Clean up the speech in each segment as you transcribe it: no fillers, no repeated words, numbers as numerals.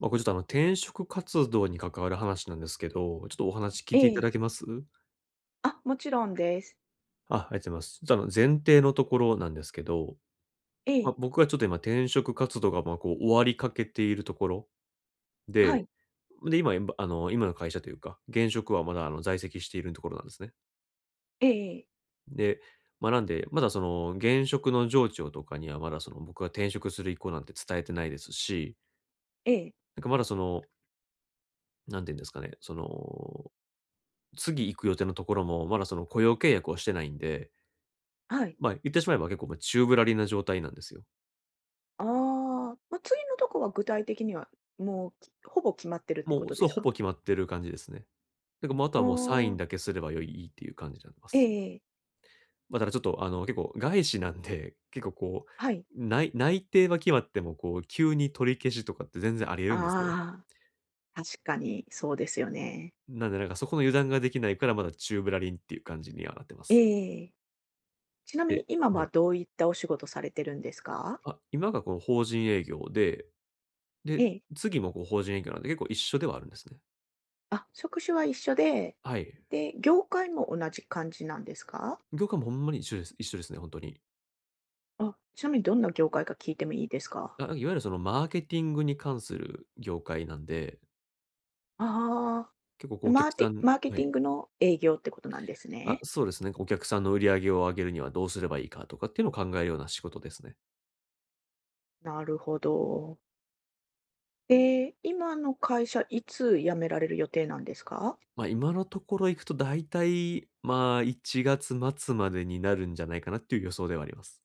これちょっと転職活動に関わる話なんですけど、ちょっとお話聞いえていたえ。だけます？あ、もちろんです。ありがとうございます。ちょっと前提のところなんですけど、ええ。僕がちょっと今転職活動が、こう終わりかけているところはで、い。で、今、今の会社というか、現職はまだ在籍しているところなんですね。ええええ。で、なんで、まだその現職の上長とかにはまだその僕が転職する意向なんて伝えてないですし、なんかまだその、何て言うんですかね、その次行く予定のところも、まだその雇用契約をしてないんで、はい。言ってしまえば結構もう宙ぶらりんな状態なんですよ。ああ、ま、次のとこは具体的には、もう、ほぼ決まってるってこもう、とそでう、すほか？ぼ決まってる感じですね。だからもうあとあはもうサインあ、だけすれば良いっていう感じになりまえす。えええ。ただちょっと結構外資なんで、結構こはい。う、内定は決まっても、こう、急に取り消しとかって全然あり得るんですよ。ああ、確かにそうですよね。なんでなんかそこの油断ができないから、まだ宙ぶらりんっていう感じにはなってまえす。えええ。ちなみで、に今ははい。どういったお仕事されてるんですか？今がこの法人営業で、えで、え。次もこう法人営業なんで結構一緒ではあるんですね。あ、職種は一緒で、はい。で、業界も同じ感じなんですか？業界もほんまに一緒です。一緒ですね、本当に。あ、ちなみにどんな業界か聞いてもいいですか？いわゆるそのマーケティングに関する業界なんで、あ結構こあ。うおマ客ーさティん、マーケはティンい。グの営業ってことなんですね。そうですね。お客さんの売り上げを上げるにはどうすればいいかとかっていうのを考えるような仕事ですね。なるほど。で、今の会社、いつ辞められる予定なんですか今のところ行くと大体1月末までになるんじゃないかなっていう予想ではあります。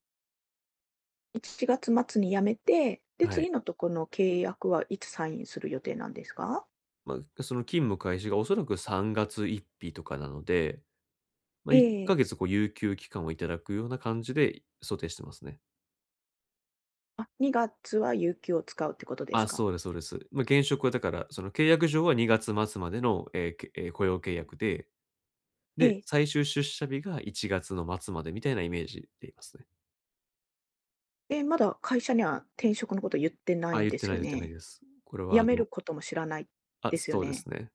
？1月末に辞めて、で、はい。次のとこの契約はいつサインする予定なんですか？ま、その勤務開始がおそらく3月1日とかなので、え1え。ヶ月こう有給期間をいただくような感じで想定してますね。あ、2月は有給を使うってことですか？そうですそうです。現職はだから、その契約上は2月末までの、え、けえ、雇用契約で、えで、え。最終出社日が1月の末までみたいなイメージでいますね。でまだ会社には転職のこと言ってないん言っでてすないよ言ってないね。です。これは辞めることも知らないですよそうでね。すね。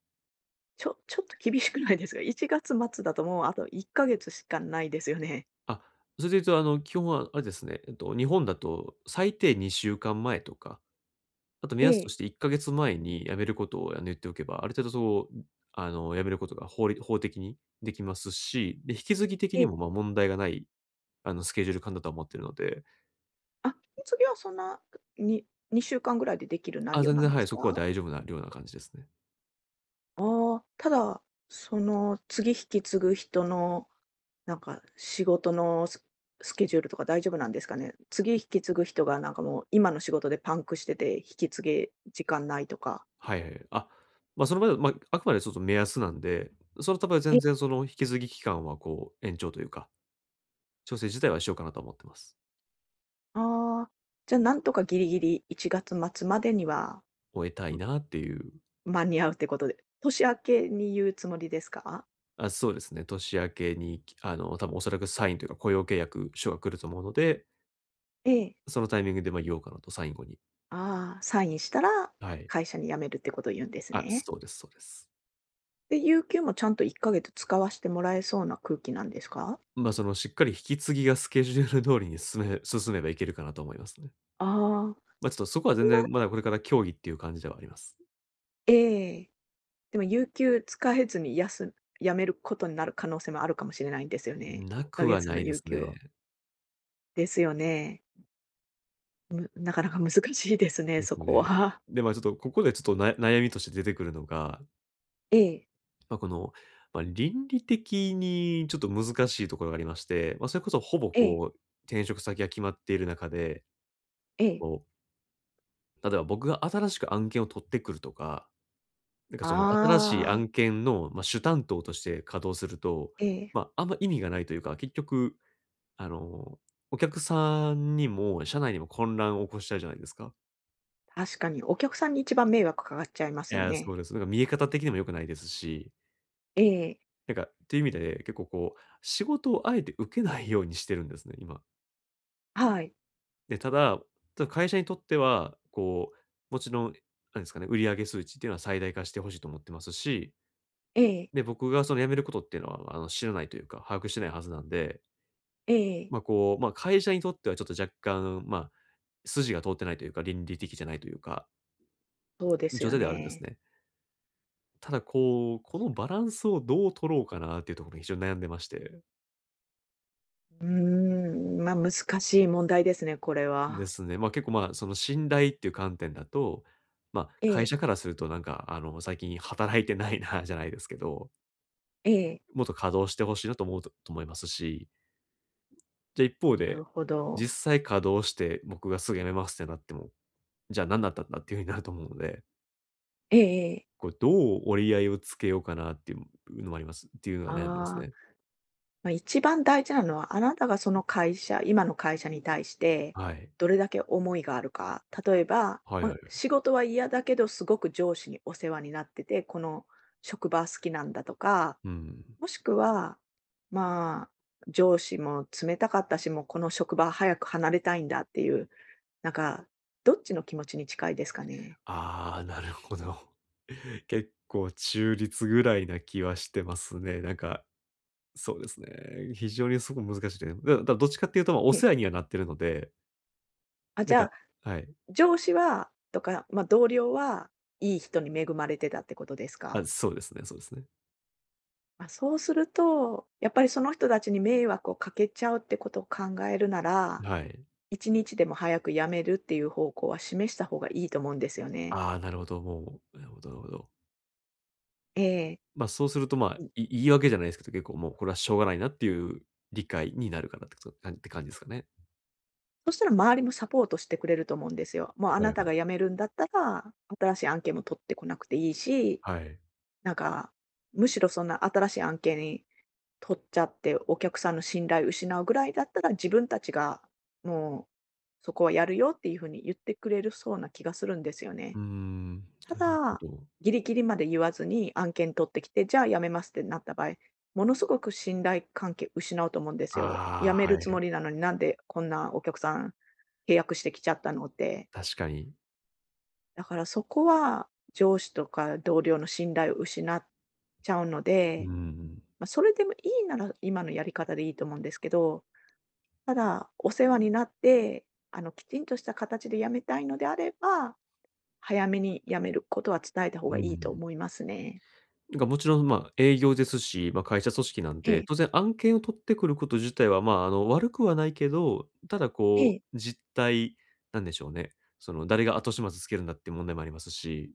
ちょっと厳しくないですか？1月末だともうあと1ヶ月しかないですよね。あ、それで言うと基本はあれですね、日本だと最低2週間前とか、あと目ええ、安とえして1ヶ月前に辞めることを言っておけば、ある程度そう、辞めることが法的にできますし、で、引き継ぎ的にえ。も、問題がない、スケジュール感だとは思ってるので、あ、次はそんな、に2週間ぐらいでできる内容全な然、んではい、すそこはか？大丈夫なような感じですね。ああ、ただ、その次引き継ぐ人の、なんか仕事のスケジュールとか大丈夫なんですかね？次引き継ぐ人がなんかもう今の仕事でパンクしてて、引き継げ時間ないとか。はいはい。それまで、あくまでちょっと目安なんで、その、え。全然その引き継ぎ期間はこう延長というか、調整自体はしようかなと思ってます。ああ、じゃあなんとかギリギリ1月末までには、終えたいん、なっていう。間に合うってことで、年明けに言うつもりですか？そうですね、年明けに、多分おそらくサインというか雇用契約書が来ると思うので、ええ。そのタイミングで、言おうかなと、最後に。ああ、サインしたら、はい。会社に辞めるってことを言うんですね。そうですそうです。で、有給もちゃんと1ヶ月使わしてもらえそうな空気なんですか？その、しっかり引き継ぎがスケジュール通りに進めばいけるかなと思いますね。ああー。ちょっとそこは全然なまだこれから協議っていう感じではあります。ええ。でも有給使えずに辞めることになる可能性もあるかもしれないんですよね。な1くヶは月なのいで有す給を。ね。ですよね。なかなか難しいですね、ですそこね。は。で、ちょっとここでちょっと悩みとして出てくるのが、ええ、この、倫理的にちょっと難しいところがありまして、それこそほぼええ、こう、転職先が決まっている中で、ええ。こう、例えば僕が新しく案件を取ってくるとか、なんかその新しいああ、案件の、主担当として稼働すると、ええ。あんま意味がないというか、結局、あの、お客さんにも社内にも混乱を起こしちゃうじゃないですか。確かにお客さんに一番迷惑かかっちゃいまいすよや、そね。うです。なんか見え方的にも良くないですし、ええ、なんかっていう意味で結構こう、仕事をあえて受けないようにしてるんですね、今。はい。で、ただ、会社にとっては、こう、もちろん、なんですかね、売上数値っていうのは最大化してほしいと思ってますし、ええ、で、僕がその辞めることっていうのは、知らないというか、把握してないはずなんで、ええ。こう、会社にとってはちょっと若干、筋が通ってないというか、倫理的じゃないというか、そうです状よ態ではあるんですね。ね。ただこう、このバランスをどう取ろうかなっていうところに非常に悩んでまして。うーん、ま、難しい問題ですね、これでは。すね。結構、その信頼っていう観点だと、え会え、社からするとなんか、最近働いてないなじゃないですけど、ええ。もっと稼働してほしいなと思うとと思いますし、じゃあ一方なるで、ほど。実際稼働して僕がすぐ辞めますってなっても、じゃあ何だったんだっていうふうになると思うので、ええええ。こうどう折り合いをつけようかなっていうのもありますっていうのはあ悩んでますあ、ね。まあ、一番大事なのは、あなたがその会社今の会社に対して、はい。どれだけ思いがあるか。例えば、はいまあ、はい。仕事は嫌だけど、すごく上司にお世話になってて、この職場好きなんだとか、うん。もしくは、まあ、上司も冷たかったし、もうこの職場早く離れたいんだっていう、なんか、どっちの気持ちに近いですかね？ああ、なるほど。結構中立ぐらいな気はしてますね。なんかそうですね。非常にすごく難しいです、どっちかっていうと、おええ。世話にはなってるので、あ、なじんゃか、あ、はい。上司はとか、ま、同僚はいい人に恵まれてたってことですか？そうですねそうですね。ま、そうすると、やっぱりその人たちに迷惑をかけちゃうってことを考えるなら、はい。1日でも早く辞めるっていう方向は示した方がいいと思うんですよね。ああ、なるほど、もう、なるほどなるほど。ええ。そうすると、うん。言い訳じゃないですけど、結構もうこれはしょうがないなっていう理解になるかなってこと感じって感じですかね。そしたら周りもサポートしてくれると思うんですよ。もうあはないたはが辞い。めるんだったら、新しい案件も取ってこなくていいし、はい。なんか、むしろそんな新しい案件取っちゃって、お客さんの信頼失うぐらいだったら、自分たちがもう、そこはやるよっていう風に言ってくれるそうな気がするんですようね。ーん、たなるほだ、ど。ギリギリまで言わずに案件取ってきて、じゃあ辞めますってなった場合、ものすごく信頼関係失うと思うんですよ。あ辞めあ、るはつもい。りなのに、なんでこんなお客さん契約してきちゃったのって。確かに。だからそこは、上司とか同僚の信頼を失っちゃうのうんで、うん。まあ、それでもいいなら今のやり方でいいと思うんですけど、ただ、お世話になって、あの、きちんとした形で辞めたいのであれば、早めに辞めることは伝えた方うがいいとん。思いますね。なんかもちろん、営業ですし、会社組織なんえで、え、当然案件を取ってくること自体は、悪くはないけど、ただえこえ、う、実態、なんでしょうね。その、誰が後始末つけるんだって問題もありますし、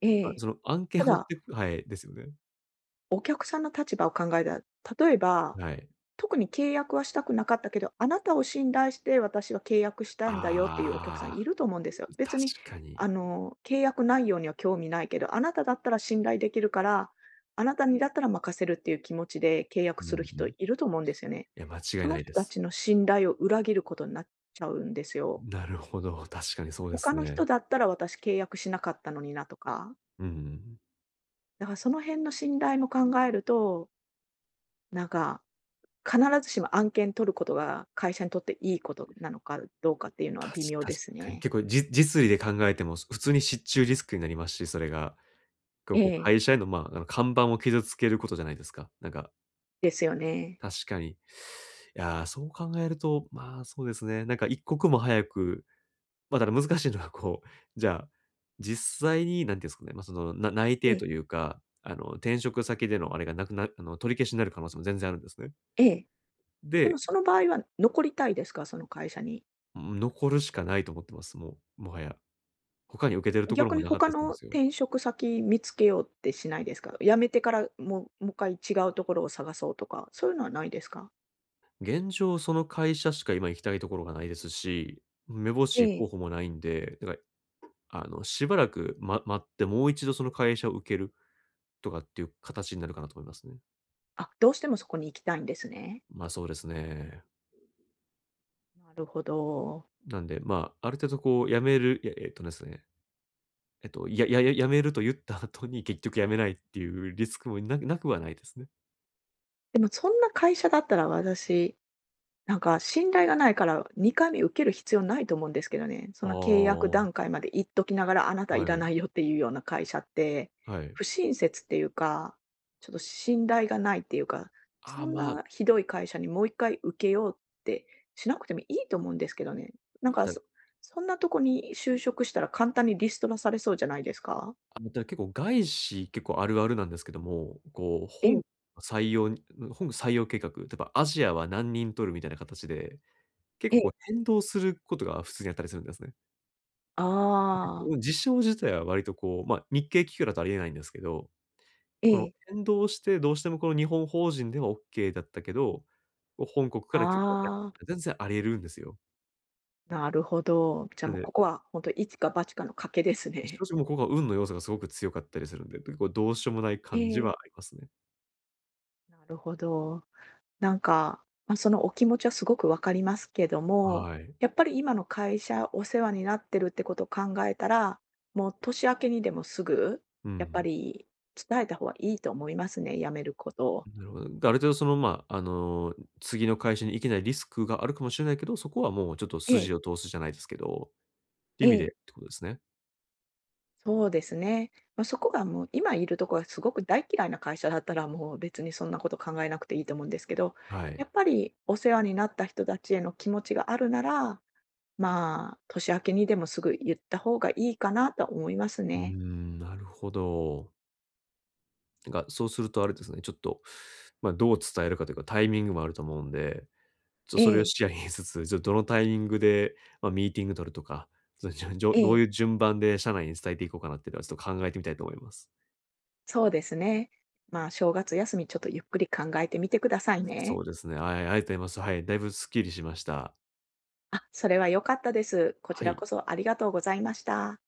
ええ。その案件たを取っだ、てくはい、ですよね。お客さんの立場を考えたら、例えばはい。特に契約はしたくなかったけど、あなたを信頼して私は契約したんだよっていうお客さんあいあ、ると思うんですよ。確別に、かあに。の、契約内容には興味ないけど、あなただったら信頼できるから、あなたにだったら任せるっていう気持ちで契う約んするう人ん。いると思うんですよね。いや、間違いそなのい人でたす。ちの信頼を裏切ることになっちゃうんですよ。なるほど、確かにそうで他すの人ね。だったら私契約しなかったのになとか。うんうん。だからその辺の信頼も考えると、なんか必ずしも案件取ることが会社にとっていいことなのかどうかっていうのは微妙確ですかにね。結構実利で考えても、普通に失注リスクになりますし、それが。結構えこうえ、会社への、看板を傷つけることじゃないですか。なんか、ですよね。確かに。いやー、そう考えると、そうですね。なんか一刻も早く、ただ難しいのはこう、じゃあ、実際になんていうんですかね、その、内え定え、というか、転職先でのあれがなくなあの、取り消しになる可能性も全然あるんですね。ええ。でもで、その場合は残りたいですか？その会社に。残るしかないと思ってます、もう、もはや。他に受けてるところ逆もになかっ他たりするんでのすよ。転職先見つけようってしないですか？辞めてから、もう一回違うところを探そうとか、そういうのはないですか？現状その会社しか今行きたいところがないですし、めぼしえい候え。補もないんで、だからしばらく、待って、もう一度その会社を受けるとかっていう形になるかなと思いますね。あ、どうしてもそこに行きたいんですね。そうですね。なるほど。なんで、ある程度こう辞める、いや、えっとですね、えっと、いやいやいや辞めると言った後に結局辞めないっていうリスクもなくはないですね。でもそんな会社だったら私なんか信頼がないから、2回目受ける必要ないと思うんですけどね。あその契約あ、段階まで言っときながら、あなたはいらい、ないよっていうような会社って、はい。不親切っていうか、ちょっと信頼がないっていうか、あそあ、んまあ、なひどい会社にもう1回受けようってしなくてもいいと思うんですけどね。なんあかだそんなとこに就職したら簡単にリストラされそうじゃないですか？あ、だ結構外資結構あるあるなんですけども、こう、ええ、採用に本採用計画、例えばアジアは何人取るみたいな形で、結え構こえ。う変動することが普通にあったりするんですね。ああ。うん、実証自体は割とこう、日系企業だとありえないんですけど、えこのえ。変動して、どうしてもこの日本法人ではオッケーだったけど、こう本国から許可が出なかったああ、って全然あり得るんですよ。なるほど。じゃなあんもうで、ここは本当と一か八かの賭けです正ね。直もうここは運の要素がすごく強かったりするんで、結構どうしようもないえ感じはあえ、りますね。なるほど。なんか、まあ、そのお気持ちはすごくわかりますけども、はい。やっぱり今の会社、お世話になってるってことを考えたら、もう年明けにでもすぐ、うやっぱん。り伝えた方がいいと思いますね、辞めることを。なるほど。で、ある程度その、次の会社に行けないリスクがあるかもしれないけど、そこはもうちょっとえ筋え、を通すじゃないですけど、って意え味でっえ。てことですね。そうですね。まあ、そこがもう今いるところがすごく大嫌いな会社だったら、もう別にそんなこと考えなくていいと思うんですけど、はやい。っぱりお世話になった人たちへの気持ちがあるなら、まあ、年明けにでもすぐ言った方がいいかなと思いますうーね。ん、なるほど。なんかそうするとあれですね、ちょっと、どう伝えるかというか、タイミングもあると思うんで、えそれをえ、視野に入れつつ、ちょっとどのタイミングで、ミーティング取るとか、その、じょじょえどうえ、いう順番で社内に伝えていこうかなっていうのはちょっと考えてみたいと思います。そうですね。まあ、正月休みちょっとゆっくり考えてみてくださいそね。うですね、はい、ありがとうございます。はい、だいぶスッキリしました。あ、それは良かったです。こちはらい。こそありがとうございました。